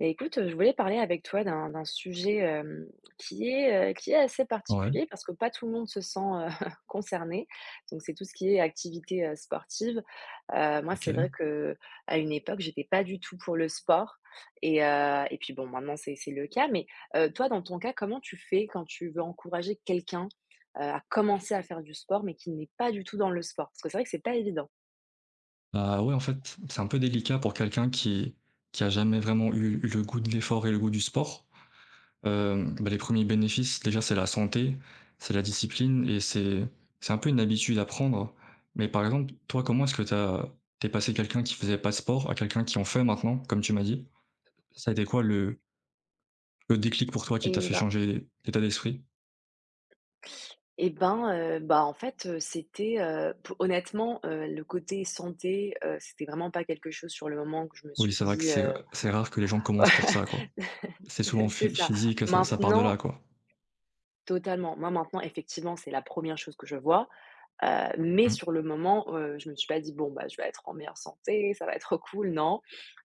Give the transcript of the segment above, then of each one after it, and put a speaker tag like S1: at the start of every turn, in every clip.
S1: Bah, écoute, je voulais parler avec toi d'un sujet, qui est assez
S2: Ouais,
S1: particulier parce que pas tout le monde se sent, concerné. Donc c'est tout ce qui est activité, sportive. Moi, c'est vrai
S2: OK.
S1: que à une époque, j'étais pas du tout pour le sport et puis bon, maintenant c'est le cas. Mais, toi, dans ton cas, comment tu fais quand tu veux encourager quelqu'un, à commencer à faire du sport, mais qui n'est pas du tout dans le sport? Parce que c'est vrai que c'est pas évident.
S2: Ah ouais, en fait, c'est un peu délicat pour quelqu'un qui a jamais vraiment eu le goût de l'effort et le goût du sport. Bah, les premiers bénéfices, déjà, c'est la santé, c'est la discipline et c'est un peu une habitude à prendre. Mais par exemple, toi,
S1: Mmh.
S2: comment est-ce que t'es passé quelqu'un qui faisait pas de sport à quelqu'un qui en fait maintenant, comme tu m'as dit? Ça a été quoi le déclic pour toi qui t'a
S1: Et
S2: fait
S1: ben
S2: changer d'état d'esprit?
S1: et ben, bah, en fait, c'était, p honnêtement, le côté santé, c'était vraiment pas quelque chose sur le moment que je me
S2: Oui,
S1: suis
S2: c'est vrai que
S1: dit, heu
S2: c'est rare que les gens commencent pour ça, quoi. C'est souvent
S1: C'est ça.
S2: physique, ça part de là,
S1: Maintenant
S2: quoi.
S1: totalement. Moi, maintenant, effectivement, c'est la première chose que je vois. Mais
S2: Mmh,
S1: sur le moment, je me suis pas dit: «Bon, bah, je vais être en meilleure santé, ça va être cool», non.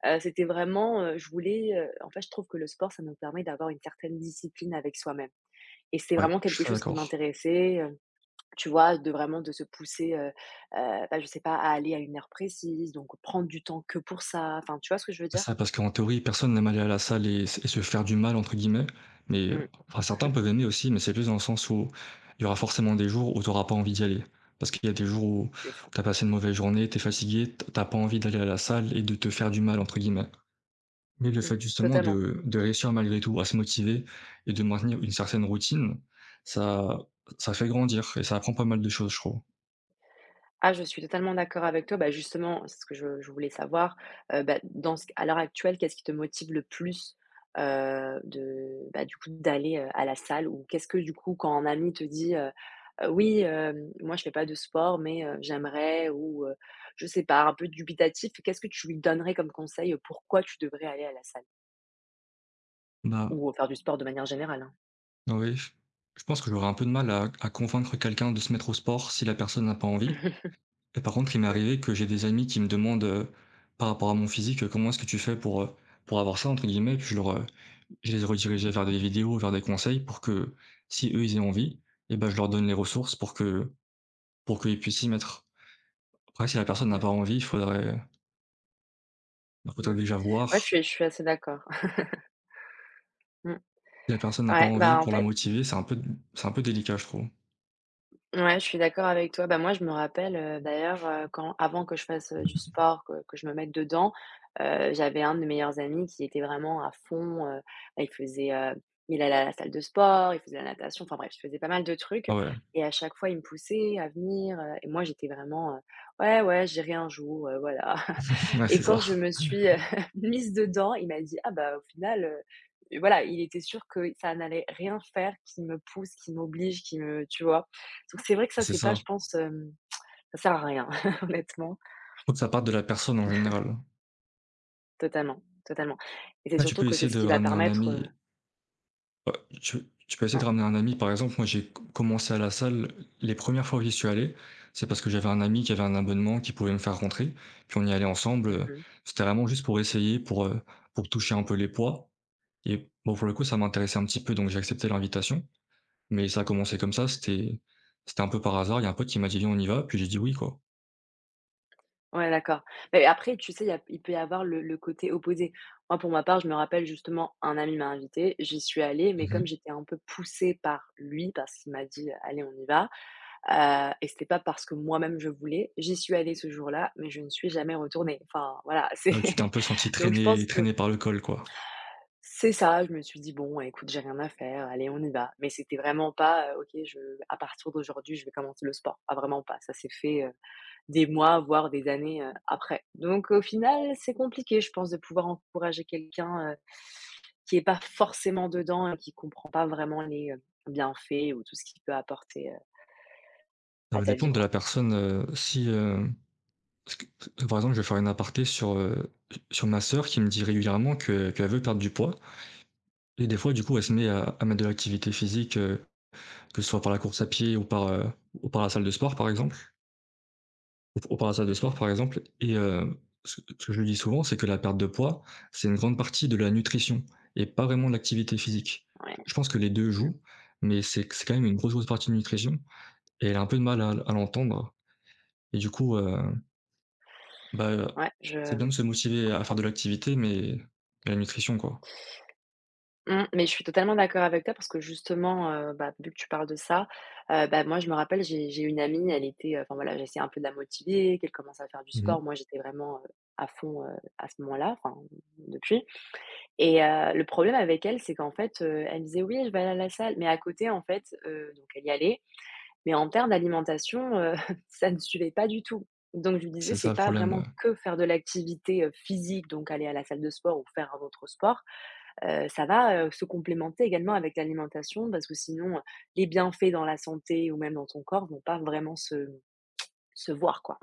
S1: C'était vraiment, je voulais, en fait, je trouve que le sport, ça nous permet d'avoir une certaine discipline avec soi-même et c'est
S2: ouais,
S1: vraiment
S2: je suis
S1: quelque
S2: très
S1: chose qui
S2: d'accord.
S1: m'intéressait, tu vois? De vraiment de se pousser, bah, je sais pas, à aller à une heure précise, donc prendre du temps que pour ça. Enfin, tu vois ce que je veux
S2: C'est
S1: dire?
S2: Ça, parce qu'en théorie, personne n'aime aller à la salle et s et se faire du mal entre guillemets, mais
S1: Mmh.
S2: enfin certains peuvent aimer aussi, mais c'est plus dans le sens où il y aura forcément des jours où tu n'auras pas envie d'y aller. Parce qu'il y a des jours où
S1: C'est ça.
S2: tu as passé une mauvaise journée, tu es fatigué, t tu pas envie d'aller à la salle et de te «faire du mal» entre guillemets. Mais le
S1: Mmh.
S2: fait justement
S1: Totalement.
S2: de réussir malgré tout à se motiver et de maintenir une certaine routine, ça ça fait grandir et ça apprend pas mal de choses, je trouve.
S1: Ah, je suis totalement d'accord avec toi. Bah, justement, c'est ce que je voulais savoir. Bah, dans ce à l'heure actuelle, qu'est-ce qui te motive le plus, de bah, du coup, d'aller, à la salle? Ou qu'est-ce que, du coup, quand un ami te dit: «Oui, moi, je fais pas de sport, mais j'aimerais» ou je sais pas, un peu dubitatif, qu'est-ce que tu lui donnerais comme conseil? Pourquoi tu devrais aller à la salle?
S2: Bah,
S1: Ou, faire du sport de manière générale, hein.
S2: oui, je pense que j'aurais un peu de mal à convaincre quelqu'un de se mettre au sport si la personne n'a pas envie. Et par contre, il m'est
S1: Mmh.
S2: arrivé que j'ai des amis qui me demandent, par rapport à mon physique, «Comment est-ce que tu fais pour avoir ça?» entre guillemets, puis je je les redirigeais vers des vidéos, vers des conseils pour que si eux, ils aient envie et ben je leur donne les ressources pour que pour qu'ils puissent s'y mettre. Après si la personne n'a
S1: Mmh.
S2: pas envie, il faudrait
S1: Mmh.
S2: déjà
S1: Ouais, je
S2: voir.
S1: suis je suis assez d'accord. Mmh.
S2: Si la personne n'a pas
S1: Ouais,
S2: envie,
S1: bah, en
S2: pour la
S1: fait,
S2: motiver, c'est un peu délicat, je trouve.
S1: ouais, je suis d'accord avec toi. Bah, moi, je me rappelle, d'ailleurs, quand avant que je fasse, du sport, que je me mette dedans, j'avais un de mes meilleurs amis qui était vraiment à fond, il faisait, heu, il allait à la salle de sport, il faisait la natation, enfin bref, il faisait pas mal de trucs
S2: Ah ouais,
S1: et à chaque fois, il me poussait à venir, et moi, j'étais vraiment, «Ouais, ouais, j'irai un jour, voilà»
S2: ouais,
S1: et
S2: c'est ça,
S1: quand je me suis, mise dedans, il m'a dit: «Ah bah, au final.» Voilà, il était sûr que ça n'allait rien faire qui me pousse, qui m'oblige, qui me tu vois? Donc c'est vrai que ça,
S2: c'est
S1: c'est pas, je
S2: ça.
S1: pense, ça sert à rien, honnêtement.
S2: Faut que ça parte de la personne en général.
S1: Totalement, totalement et c'est
S2: Là, tu
S1: surtout
S2: peux
S1: que c'est
S2: essayer
S1: ce
S2: de
S1: qui va
S2: ramener un
S1: permettre,
S2: ami Heu, tu peux essayer de
S1: hein,
S2: ramener un ami. Par exemple, moi, j'ai co commencé à la salle, les premières fois où j'y suis allé, c'est parce que j'avais un ami qui avait un abonnement qui pouvait me faire rentrer, puis on y allait ensemble,
S1: mmh.
S2: c'était vraiment juste pour essayer, pour toucher un peu les poids et bon, pour le coup, ça m'intéressait un petit peu, donc j'ai accepté l'invitation, mais ça a commencé comme ça, c'était un peu par hasard. Il y a un pote qui m'a dit: «Viens, on y va», puis j'ai dit: «Oui», quoi.
S1: Ouais, d'accord. Mais après, tu sais, il peut y avoir le côté opposé. Moi, pour ma part, je me rappelle justement, un ami m'a invité, j'y suis allée, mais
S2: Mmh
S1: comme
S2: mh.
S1: j'étais un peu poussée par lui, parce qu'il m'a dit: «Allez, on y va» et c'était pas parce que moi-même je voulais. J'y suis allée ce jour-là, mais je ne suis jamais retournée. Enfin, voilà, c'est
S2: Tu t'es un peu senti
S1: donc je pense que
S2: traîné par le col, quoi.
S1: c'est ça. Je me suis dit: «Bon, écoute, j'ai rien à faire, allez, on y va». Mais c'était vraiment pas, «OK, je à partir d'aujourd'hui, je vais commencer le sport». Ah, vraiment pas, ça s'est fait, des mois, voire des années, après. Donc au final, c'est compliqué, je pense, de pouvoir encourager quelqu'un, qui est pas forcément dedans et qui comprend pas vraiment les, bienfaits ou tout ce qu'il peut apporter,
S2: Ça
S1: à
S2: va
S1: ta vie,
S2: dépendre de
S1: quoi.
S2: la personne, si. Parce que, par exemple, je vais faire une aparté sur, sur ma sœur qui me dit régulièrement que qu'elle veut perdre du poids et des fois, du coup, elle se met à mettre de l'activité physique, que ce soit par la course à pied ou par la salle de sport, par exemple ou par la salle de sport,
S1: Mmh.
S2: par exemple ce que je lui dis souvent, c'est que la perte de poids, c'est une grande partie de la nutrition et pas vraiment de l'activité physique.
S1: Ouais,
S2: Je pense que les 2
S1: mmh,
S2: jouent, mais c'est quand même une grosse, grosse partie de nutrition et elle a un peu de mal à l'entendre et du coup, heu Bah, heu,
S1: ouais, je,
S2: c'est bien de
S1: mmh,
S2: se
S1: je
S2: motiver à faire de
S1: comprends.
S2: l'activité, mais la nutrition, quoi.
S1: Mmh, mais je suis totalement d'accord avec toi parce que justement, bah, vu que tu parles de ça, bah, moi je me rappelle, j'ai une amie, elle était, enfin voilà, j'essayais un peu de la motiver, qu'elle commence à faire du
S2: Mmh mh.
S1: sport. Moi j'étais vraiment, à fond, à ce moment-là, enfin depuis, le problème avec elle, c'est qu'en fait, elle me disait: «Oui, je vais aller à la salle», mais à côté en fait, donc elle y allait, mais en termes d'alimentation, ça ne suivait pas du tout. Donc je lui disais:
S2: C'est ça
S1: «C'est
S2: le
S1: pas
S2: problème, ouais.
S1: vraiment que faire de l'activité, physique, donc aller à la salle de sport ou faire un autre sport. Ça va, se complémenter également avec l'alimentation parce que sinon, les bienfaits dans la santé ou même dans ton corps vont pas vraiment se voir, quoi.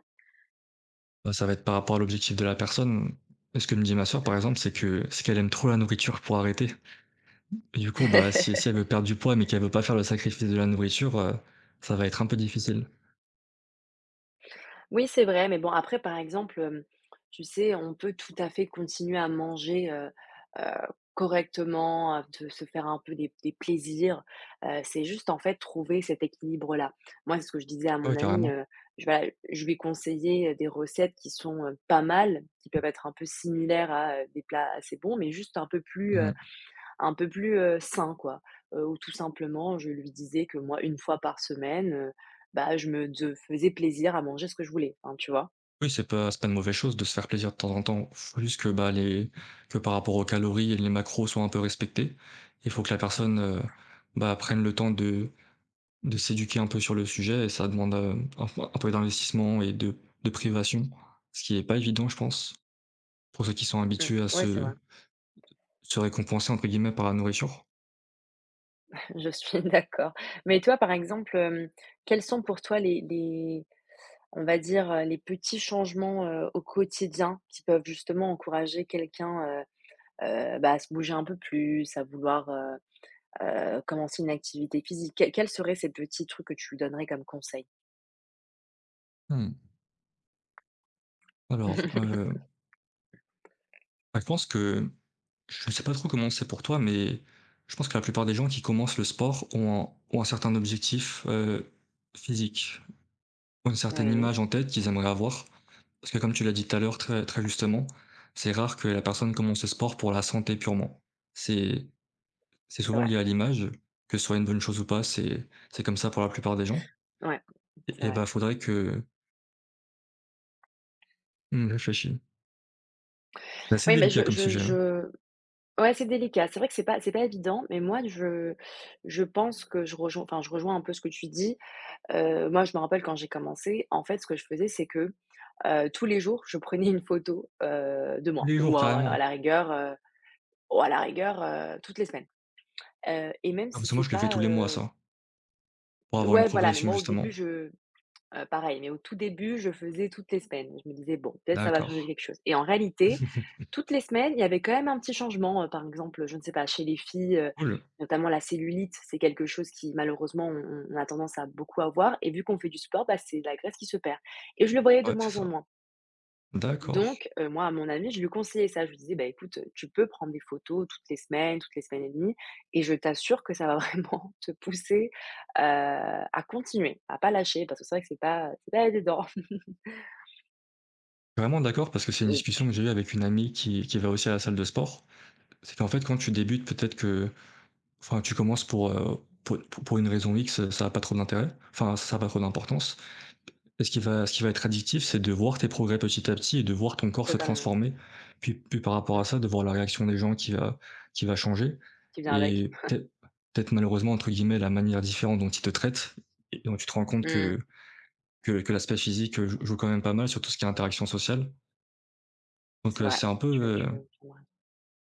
S2: Bah, ça va être par rapport à l'objectif de la personne. Ce que me dit ma sœur, par exemple, c'est que c'est qu'elle aime trop la nourriture pour arrêter. Et du coup, bah, si elle veut perdre du poids, mais qu'elle veut pas faire le sacrifice de la nourriture, ça va être un peu difficile.
S1: Oui, c'est vrai, mais bon, après, par exemple, tu sais, on peut tout à fait continuer à manger, heu, correctement, à de se faire un peu des plaisirs. C'est juste, en fait, trouver cet équilibre-là. Moi, c'est ce que je disais à
S2: Ouais,
S1: mon ami,
S2: carrément.
S1: je voilà, je lui conseillais des recettes qui sont, pas mal, qui peuvent être un peu similaires à, des plats assez bons, mais juste
S2: Mmh mh.
S1: un peu plus, sain quoi, où tout simplement je lui disais que moi une fois par semaine, bah, je me de faisais plaisir à manger ce que je voulais, enfin tu vois?
S2: Oui, c'est pas une mauvaise chose de se faire plaisir de temps en temps. Faut juste que, bah, les que par rapport aux calories et les macros soient un peu respectés. Il faut que la personne, bah, prenne le temps de s'éduquer un peu sur le sujet et ça demande, un peu
S1: Mmh
S2: d'investissement et de privation, ce qui est pas évident, je pense, pour ceux qui sont
S1: mh.
S2: habitués à
S1: Ouais, c'est
S2: se
S1: vrai.
S2: «se récompenser» entre guillemets par la nourriture.
S1: Je suis d'accord. Mais toi par exemple, quels sont pour toi les on va dire, les petits changements, au quotidien qui peuvent justement encourager quelqu'un, bah, à se bouger un peu plus, à vouloir, commencer une activité physique? Quels seraient ces petits trucs que tu lui donnerais comme conseil?
S2: Mmh. Alors, bah, je pense que je ne sais pas trop comment c'est pour toi, mais je pense que la plupart des gens qui commencent le sport ont un certain objectif, physique, ont une certaine
S1: Oui,
S2: image en tête qu'ils aimeraient avoir. Parce que comme tu l'as dit tout à l'heure très très justement, c'est rare que la personne commence le sport pour la santé purement. C'est C'est
S1: c'est
S2: souvent
S1: vrai.
S2: lié à l'image, que ce soit une bonne chose ou pas, c'est comme ça pour la plupart des gens
S1: Ouais. C'est
S2: et
S1: vrai.
S2: bah, faudrait que mmh, je réfléchis. C'est assez
S1: Oui, mais
S2: délicat comme sujet, hein.
S1: je ouais, c'est délicat. C'est vrai que c'est pas évident, mais moi, je pense que je rejoins un peu ce que tu dis. Moi, je me rappelle quand j'ai commencé, en fait, ce que je faisais, c'est que, tous les jours, je prenais une photo, de
S2: Tous
S1: moi
S2: les jours
S1: ou à
S2: carrément.
S1: la rigueur, toutes les semaines. Et même
S2: Ah
S1: si
S2: parce que moi
S1: c'est
S2: je le fais tous
S1: pas,
S2: les mois ça, pour avoir une
S1: ouais, voilà, mais
S2: progression
S1: moi, au
S2: justement.
S1: début, je pareil, mais au tout début, je faisais toutes les semaines. Je me disais: «Bon, peut-être ça va
S2: D'accord.
S1: changer quelque chose» et en réalité, toutes les semaines, il y avait quand même un petit changement, par exemple, je ne sais pas, chez les filles,
S2: Cool.
S1: notamment la cellulite, c'est quelque chose qui malheureusement on a tendance à beaucoup avoir et vu qu'on fait du sport, bah, c'est la graisse qui se perd et je le voyais de
S2: Ouais, c'est
S1: moins en
S2: ça.
S1: moins.
S2: D'accord.
S1: Donc, moi, à mon ami, je lui conseillais ça. Je lui disais: «Bah, écoute, tu peux prendre des photos toutes les semaines et demie, et je t'assure que ça va vraiment te pousser, à continuer, à pas lâcher parce que c'est vrai que c'est pas évident».
S2: Vraiment d'accord parce que c'est une
S1: Et
S2: discussion que j'ai eue avec une amie qui va aussi à la salle de sport. C'est qu'en fait quand tu débutes peut-être que enfin tu commences pour pour une raison X, ça a pas trop d'intérêt, enfin ça a pas trop d'importance. Et ce qui va être addictif, c'est de voir tes progrès petit à petit et de voir ton corps se
S1: totalement.
S2: transformer. Puis par rapport
S1: Mmh,
S2: à ça, de voir la réaction des gens qui va changer
S1: qui vient avec.
S2: et peut-être malheureusement entre guillemets «la manière différente dont ils te traitent» et dont tu te rends compte
S1: Mmh,
S2: que que l'aspect physique, joue quand même pas mal sur tout ce qui est interaction sociale. Donc,
S1: c'est vrai. Tu
S2: heu,
S1: as raison.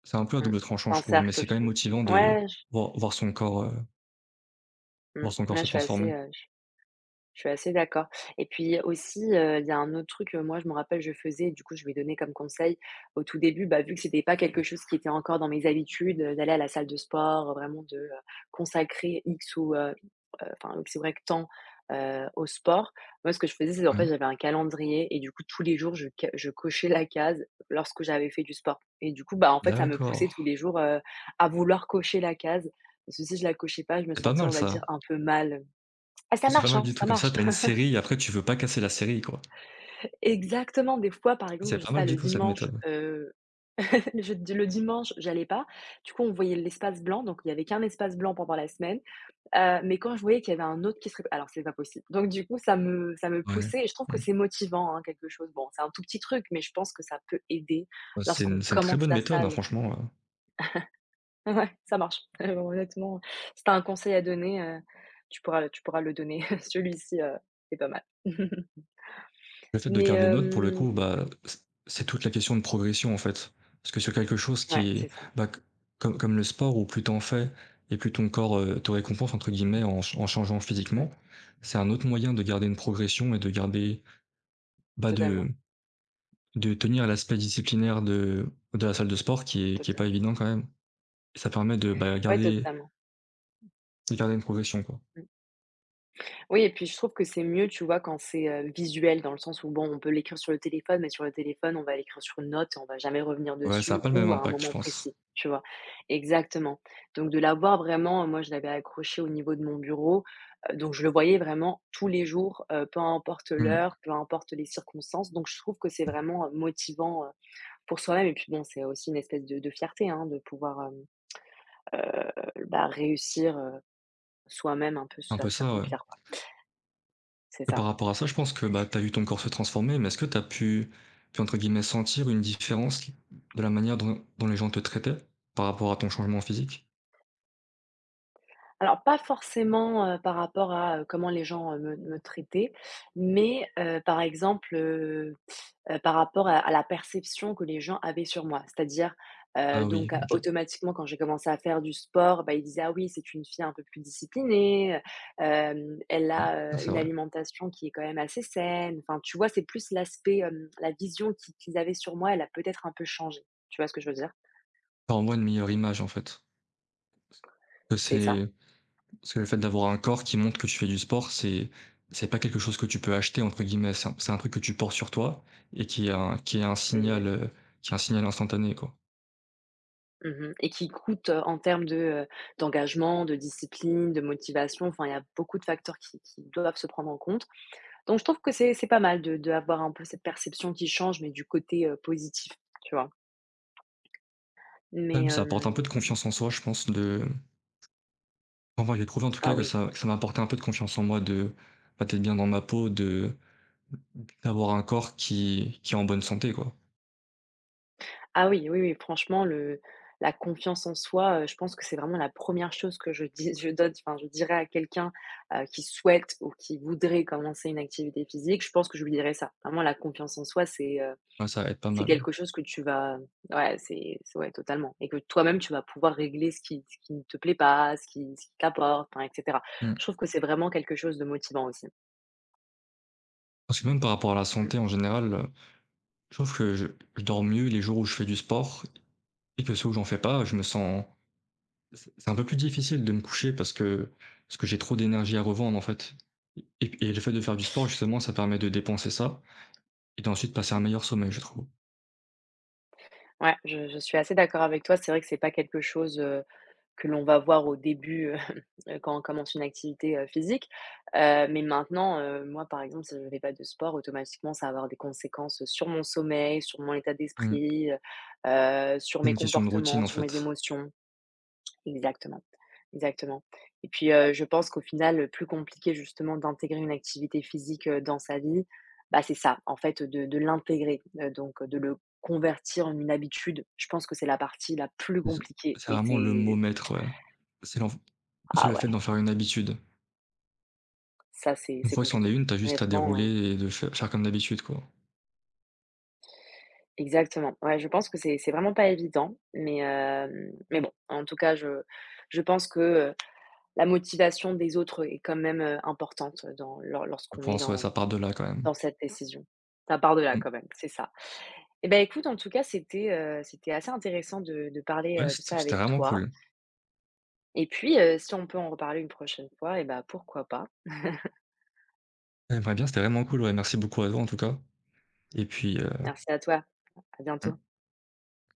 S2: c'est un peu à
S1: Mmh.
S2: double tranchant
S1: C'est
S2: je
S1: un
S2: trouve, mais
S1: cercle au
S2: c'est quand même
S1: final.
S2: motivant de
S1: Ouais,
S2: voir voir son corps, heu, voir son corps
S1: ouais, je
S2: se
S1: suis assez,
S2: transformer.
S1: heu, Je suis assez d'accord et puis aussi, il y a un autre truc, moi je me rappelle, je faisais, et du coup je lui ai donné comme conseil au tout début, bah, vu que c'était pas quelque chose qui était encore dans mes habitudes, d'aller à la salle de sport, vraiment de, consacrer X ou, enfin X Y temps, au sport. Moi ce que je faisais, c'est en
S2: Ouais.
S1: fait j'avais un calendrier et du coup tous les jours je cochais la case lorsque j'avais fait du sport et du coup, bah, en fait ça me
S2: D'accord.
S1: poussait tous les jours, à vouloir cocher la case parce que si je la cochais pas, je me
S2: C'est pas
S1: sentais,
S2: mal
S1: on va dire,
S2: ça.
S1: un peu mal. «Ah ça
S2: C'est pas
S1: marche,
S2: mal
S1: hein,
S2: du
S1: ça
S2: tout, comme ça
S1: marche!»
S2: t'as une série et après tu veux pas casser la série quoi.
S1: Exactement, des fois, par
S2: C'est
S1: exemple, je
S2: pas
S1: sais
S2: mal
S1: pas,
S2: du
S1: le
S2: tout cette
S1: dimanche,
S2: méthode.
S1: je le dimanche, j'allais pas. Du coup, on voyait l'espace blanc, donc il y avait qu'un espace blanc pendant la semaine, mais quand je voyais qu'il y avait un autre qui serait, alors c'est pas possible. Donc du coup, ça me
S2: Ouais.
S1: poussait et je trouve que
S2: Mmh.
S1: c'est motivant, hein, quelque chose. Bon, c'est un tout petit truc, mais je pense que ça peut aider
S2: Bah,
S1: lorsqu'on
S2: c'est une très
S1: commence
S2: bonne
S1: la
S2: méthode, hein,
S1: salle.
S2: franchement,
S1: Ouais, ça marche. Honnêtement, si tu un conseil à donner, tu pourras le donner. Celui-ci, est pas mal.
S2: le fait de
S1: Mais
S2: garder notes pour le
S1: hem,
S2: coup, c'est toute la question de progression en fait. Parce que sur quelque chose
S1: ouais,
S2: qui,
S1: c'est ça.
S2: bah, c comme comme le sport où plus t'en fais et plus ton corps, te «récompense» entre guillemets en ch en changeant physiquement,
S1: Mmh,
S2: c'est un autre moyen de garder une progression et de garder, bah, de
S1: totalement,
S2: de tenir l'aspect disciplinaire de la salle de sport qui est
S1: tota
S2: pas évident quand même. Ça permet de, bah,
S1: ouais,
S2: garder
S1: totalement.
S2: de garder une progression quoi.
S1: Mmh. Oui et puis je trouve que c'est mieux, tu vois, quand c'est, visuel dans le sens où, bon, on peut l'écrire sur le téléphone, mais sur le téléphone, on va l'écrire sur une note et on va jamais revenir
S2: Ouais, ça a
S1: dessus
S2: pas le même
S1: ou à un
S2: impact je
S1: moment
S2: pense.
S1: précis, tu vois? Exactement. Donc de l'avoir vraiment, moi je l'avais accroché au niveau de mon bureau, donc je le voyais vraiment tous les jours, peu importe
S2: Mmh.
S1: l'heure, peu importe les circonstances, donc je trouve que c'est vraiment, motivant, pour soi-même et puis bon, c'est aussi une espèce de fierté, hein, de pouvoir, bah, réussir, soi-même un peu,
S2: Un peu ça, ouais.
S1: s'accomplir. C'est
S2: Et par
S1: ça.
S2: rapport à ça, je pense que, bah, tu as vu ton corps se transformer, mais est-ce que tu as pu entre guillemets «sentir» une différence de la manière dont les gens te traitaient par rapport à ton changement physique?
S1: Alors pas forcément, par rapport à, comment les gens, me traitaient, mais, par exemple, par rapport à la perception que les gens avaient sur moi. C'est-à-dire,
S2: Ah
S1: donc,
S2: oui, OK.
S1: automatiquement quand j'ai commencé à faire du sport, bah, ils disaient: «Ah oui, c'est une fille un peu plus disciplinée, elle
S2: Mmh. Ah,
S1: a,
S2: c'est
S1: une
S2: vrai.
S1: alimentation qui est quand même assez saine». Enfin, tu vois? C'est plus l'aspect, la vision qui qu'ils avaient sur moi, elle a peut-être un peu changé. Tu vois ce que je veux dire?
S2: Tu as envoies une meilleure image, en fait. Que
S1: C'est ça,
S2: c'est parce que le fait d'avoir un corps qui montre que tu fais du sport, c'est pas quelque chose que tu peux «acheter» entre guillemets, c'est un truc que tu portes sur toi et qui est un signal,
S1: exactement.
S2: qui est un signal instantané, quoi.
S1: Mmh mh et qui coûte, en termes de, d'engagement, de discipline, de motivation, enfin il y a beaucoup de facteurs qui doivent se prendre en compte. Donc je trouve que c'est pas mal de d'avoir un peu cette perception qui change, mais du côté, positif, tu vois? Mais,
S2: Même ça apporte un peu de
S1: hem,
S2: confiance en soi, je pense, de enfin, moi, j'ai trouvé en tout cas
S1: ah oui,
S2: que ça m'a apporté un peu de confiance en moi, de, bah, d'être bien dans ma peau, de d'avoir un corps qui est en bonne santé, quoi.
S1: ah oui, oui, oui, franchement le la confiance en soi, je pense que c'est vraiment la première chose que je dis je donne enfin je dirais à quelqu'un, qui souhaite ou qui voudrait commencer une activité physique, je pense que je lui dirais ça. Vraiment la confiance en soi, c'est, heu.
S2: Ouais, ça aide pas
S1: C'est
S2: mal.
S1: quelque chose que tu vas, ouais, c'est ouais, totalement et que toi-même, tu vas pouvoir régler ce qui ne te plaît pas, ce qui t'apporte, enfin, et cetera.
S2: Mmh.
S1: Je trouve que c'est vraiment quelque chose de motivant aussi.
S2: Parce que même par rapport à la
S1: Mmh.
S2: santé en général, je trouve que je dors mieux les jours où je fais du sport et que ceux où j'en fais pas, je me sens c'est un peu plus difficile de me coucher parce que j'ai trop d'énergie à revendre, en fait et le fait de faire du sport justement, ça permet de dépenser ça et d'ensuite passer un meilleur sommeil, je trouve.
S1: Ouais, je suis assez d'accord avec toi. C'est vrai que c'est pas quelque chose, que l'on va voir au début, quand on commence une activité, physique, mais maintenant, moi, par exemple, si je ne fais pas de sport, automatiquement, ça va avoir des conséquences sur mon sommeil, sur mon état
S2: Mmh.
S1: d'esprit, sur
S2: C'est
S1: mes
S2: une question de routine,
S1: comportements,
S2: en
S1: sur mes
S2: fait.
S1: émotions. Exactement, exactement. Et puis, je pense qu'au final, le plus compliqué justement d'intégrer une activité physique, dans sa vie, bah, c'est ça, en fait, de l'intégrer, donc de le convertir en une habitude. Je pense que c'est la partie la plus
S2: C'est
S1: compliquée
S2: C'est
S1: et
S2: vraiment le mot
S1: c'est,
S2: maître, ouais. C'est l'enf c'est
S1: ah
S2: le
S1: ouais,
S2: fait d'en faire une habitude.
S1: ça c'est
S2: Une
S1: c'est
S2: fois que c'en est
S1: compliqué.
S2: une, t'as juste à
S1: Honnêtement, heu,
S2: dérouler et de faire comme d'habitude, quoi.
S1: exactement. Ouais, je pense que c'est vraiment pas évident, mais bon, en tout cas, je pense que, heu, la motivation des autres est quand même, importante dans
S2: Je
S1: lorsqu'on est
S2: pense, ouais,
S1: dans.
S2: ça part de là, quand même.
S1: Dans cette décision. Ça part de là
S2: Mmh.
S1: quand même, c'est ça. Et ben écoute, en tout cas, c'était, c'était assez intéressant de parler,
S2: Ouais,
S1: de ça
S2: c'était
S1: avec
S2: vraiment
S1: toi
S2: cool.
S1: et puis, si on peut en reparler une prochaine fois et ben pourquoi pas.
S2: J'aimerais bien, c'était vraiment cool, ouais. Merci beaucoup à toi, en tout cas et puis,
S1: Merci à toi. À bientôt.